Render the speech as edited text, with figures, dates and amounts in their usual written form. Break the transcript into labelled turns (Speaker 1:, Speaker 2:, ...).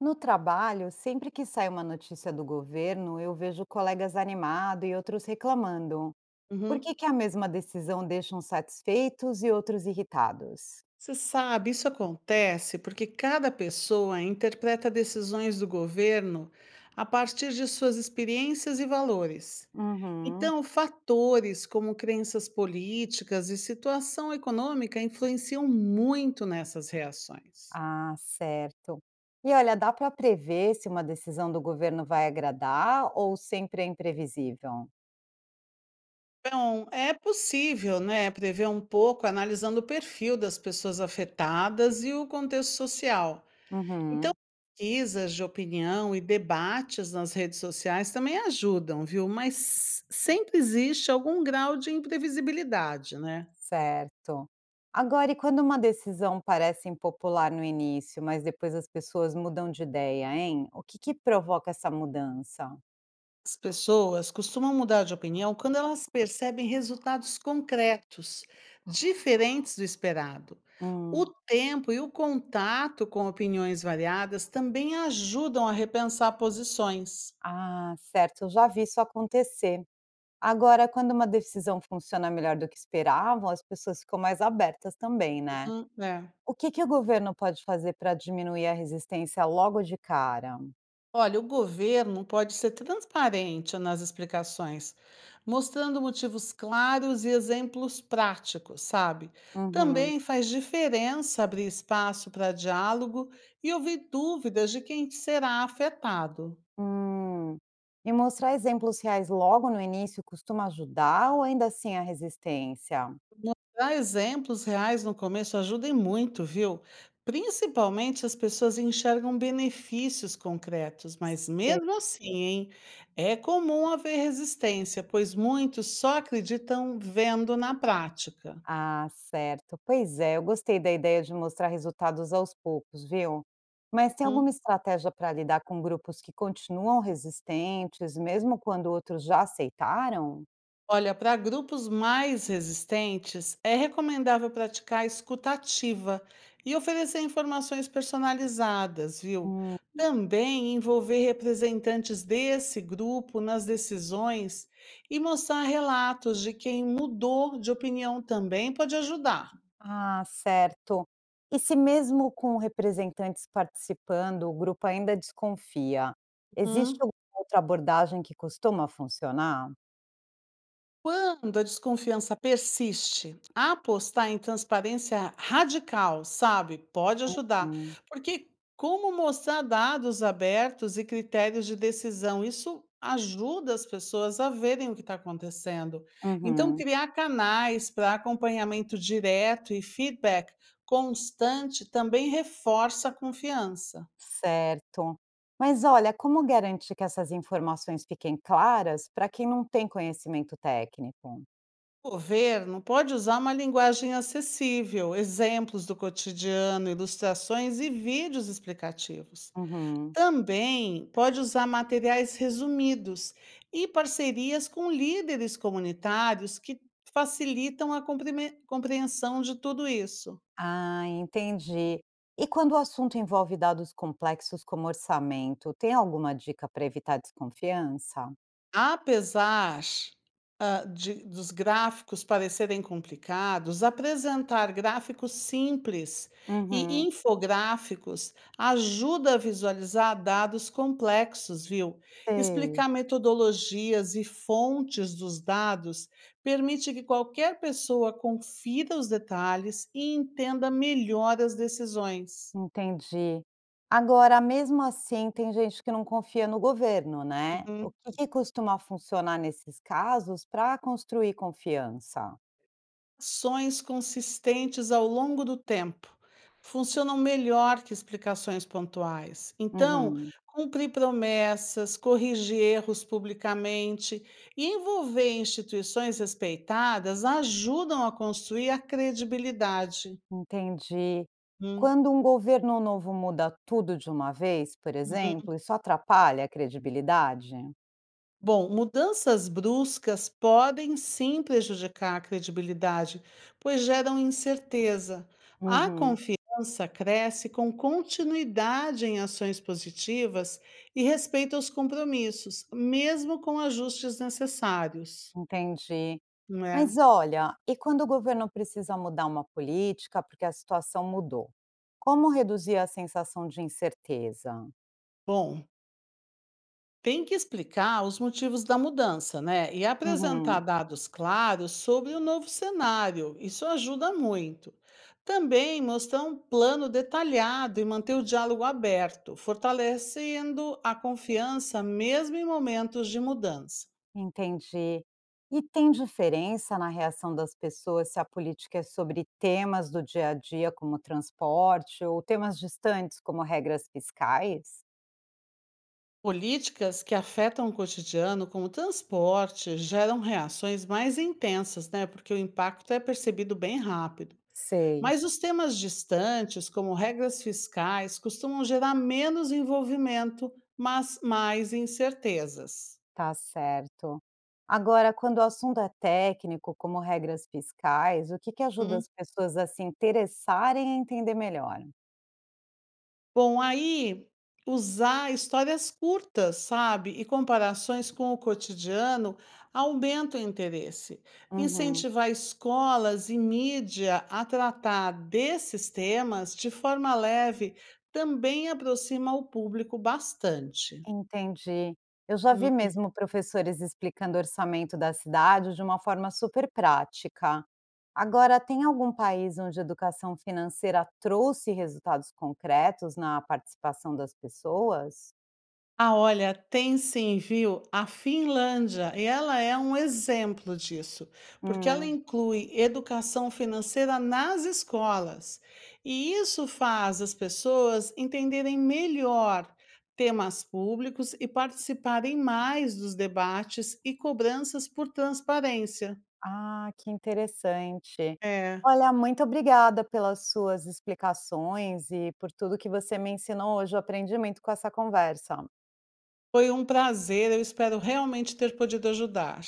Speaker 1: No trabalho, sempre que sai uma notícia do governo, eu vejo colegas animados e outros reclamando. Por
Speaker 2: Uhum.
Speaker 1: que, que a mesma decisão deixa uns satisfeitos e outros irritados?
Speaker 2: Você sabe, isso acontece porque cada pessoa interpreta decisões do governo a partir de suas experiências e valores.
Speaker 1: Uhum.
Speaker 2: Então, fatores como crenças políticas e situação econômica influenciam muito nessas reações.
Speaker 1: Ah, certo. E olha, dá para prever se uma decisão do governo vai agradar ou sempre é imprevisível?
Speaker 2: Então, é possível, né, prever um pouco analisando o perfil das pessoas afetadas e o contexto social. Então,
Speaker 1: Uhum.
Speaker 2: pesquisas de opinião e debates nas redes sociais também ajudam, viu? Mas sempre existe algum grau de imprevisibilidade, né?
Speaker 1: Certo. Agora, e quando uma decisão parece impopular no início, mas depois as pessoas mudam de ideia, hein? O que que provoca essa mudança?
Speaker 2: As pessoas costumam mudar de opinião quando elas percebem resultados concretos, diferentes do esperado. O
Speaker 1: Hum,
Speaker 2: tempo e o contato com opiniões variadas também ajudam a repensar posições.
Speaker 1: ah, certo, eu já vi isso acontecer. Agora, quando uma decisão funciona melhor do que esperavam, as pessoas ficam mais abertas também, né?
Speaker 2: Uhum, é.
Speaker 1: O que que o governo pode fazer para diminuir a resistência logo de cara?
Speaker 2: Olha, o governo pode ser transparente nas explicações, mostrando motivos claros e exemplos práticos, sabe?
Speaker 1: Uhum.
Speaker 2: Também faz diferença abrir espaço para diálogo e ouvir dúvidas de quem será afetado.
Speaker 1: Hum. E mostrar exemplos reais logo no início costuma ajudar ou ainda assim a resistência?
Speaker 2: Mostrar exemplos reais no começo ajuda e muito, viu? Principalmente as pessoas enxergam benefícios concretos, mas mesmo assim, hein, é comum haver resistência, pois muitos só acreditam vendo na prática.
Speaker 1: Ah, certo. Pois é, eu gostei da ideia de mostrar resultados aos poucos, viu? Mas tem alguma estratégia para lidar com grupos que continuam resistentes, mesmo quando outros já aceitaram?
Speaker 2: Olha, para grupos mais resistentes, é recomendável praticar a escutativa e oferecer informações personalizadas, viu?
Speaker 1: Hum,
Speaker 2: Também envolver representantes desse grupo nas decisões e mostrar relatos de quem mudou de opinião também pode ajudar.
Speaker 1: ah, certo. E se mesmo com representantes participando, o grupo ainda desconfia, existe
Speaker 2: Uhum.
Speaker 1: alguma outra abordagem que costuma funcionar?
Speaker 2: Quando a desconfiança persiste, apostar em transparência radical, sabe, pode ajudar.
Speaker 1: Hum,
Speaker 2: Porque como mostrar dados abertos e critérios de decisão, isso ajuda as pessoas a verem o que está acontecendo. Então,
Speaker 1: uhum.
Speaker 2: criar canais para acompanhamento direto e feedback constante também reforça a confiança.
Speaker 1: Certo. Mas olha, como garante que essas informações fiquem claras para quem não tem conhecimento técnico?
Speaker 2: O governo pode usar uma linguagem acessível, exemplos do cotidiano, ilustrações e vídeos explicativos.
Speaker 1: Uhum.
Speaker 2: Também pode usar materiais resumidos e parcerias com líderes comunitários que facilitam a compreensão de tudo isso.
Speaker 1: Ah, entendi. E quando o assunto envolve dados complexos como orçamento, tem alguma dica para evitar desconfiança?
Speaker 2: Apesar, de dos gráficos parecerem complicados, apresentar gráficos simples e
Speaker 1: Uhum.
Speaker 2: infográficos ajuda a visualizar dados complexos, viu?
Speaker 1: Sei,
Speaker 2: Explicar metodologias e fontes dos dados permite que qualquer pessoa confira os detalhes e entenda melhor as decisões.
Speaker 1: entendi. Agora, mesmo assim, tem gente que não confia no governo, né? O
Speaker 2: Uhum.
Speaker 1: que que costuma funcionar nesses casos para construir confiança?
Speaker 2: Ações consistentes ao longo do tempo funcionam melhor que explicações pontuais. Então,
Speaker 1: Uhum.
Speaker 2: cumprir promessas, corrigir erros publicamente e envolver instituições respeitadas ajudam a construir a credibilidade.
Speaker 1: Entendi.
Speaker 2: Hum.
Speaker 1: Quando um governo novo muda tudo de uma vez, por exemplo, isso atrapalha a credibilidade?
Speaker 2: Bom, mudanças bruscas podem sim prejudicar a credibilidade, pois geram incerteza. A
Speaker 1: Uhum,
Speaker 2: confiança cresce com continuidade em ações positivas e respeito aos compromissos, mesmo com ajustes necessários,
Speaker 1: entendi.
Speaker 2: não é?
Speaker 1: Mas olha, e quando o governo precisa mudar uma política porque a situação mudou? Como reduzir a sensação de incerteza?
Speaker 2: Bom, tem que explicar os motivos da mudança, né? E apresentar
Speaker 1: Uhum,
Speaker 2: dados claros sobre o novo cenário. Isso ajuda muito. Também mostrar um plano detalhado e manter o diálogo aberto, fortalecendo a confiança mesmo em momentos de mudança.
Speaker 1: entendi. E tem diferença na reação das pessoas se a política é sobre temas do dia a dia, como transporte, ou temas distantes, como regras fiscais?
Speaker 2: Políticas que afetam o cotidiano, como transporte, geram reações mais intensas, né? Porque o impacto é percebido bem rápido.
Speaker 1: Sei,
Speaker 2: Mas os temas distantes, como regras fiscais, costumam gerar menos envolvimento, mas mais incertezas.
Speaker 1: tá certo. Agora, quando o assunto é técnico, como regras fiscais, o que que ajuda
Speaker 2: Hum,
Speaker 1: as pessoas a se interessarem e entender melhor?
Speaker 2: Bom, aí usar histórias curtas, sabe, e comparações com o cotidiano aumenta o interesse.
Speaker 1: Uhum,
Speaker 2: Incentivar escolas e mídia a tratar desses temas de forma leve também aproxima o público bastante.
Speaker 1: entendi. Eu já vi mesmo professores explicando o orçamento da cidade de uma forma super prática. Agora, tem algum país onde a educação financeira trouxe resultados concretos na participação das pessoas?
Speaker 2: Ah, olha, tem sim, viu? A Finlândia, e ela é um exemplo disso, porque ela
Speaker 1: Hum.
Speaker 2: inclui educação financeira nas escolas. E isso faz as pessoas entenderem melhor temas públicos e participarem mais dos debates e cobranças por transparência.
Speaker 1: Ah, que interessante.
Speaker 2: É,
Speaker 1: Olha, muito obrigada pelas suas explicações e por tudo que você me ensinou hoje. Eu aprendi muito com essa conversa.
Speaker 2: foi um prazer, eu espero realmente ter podido ajudar.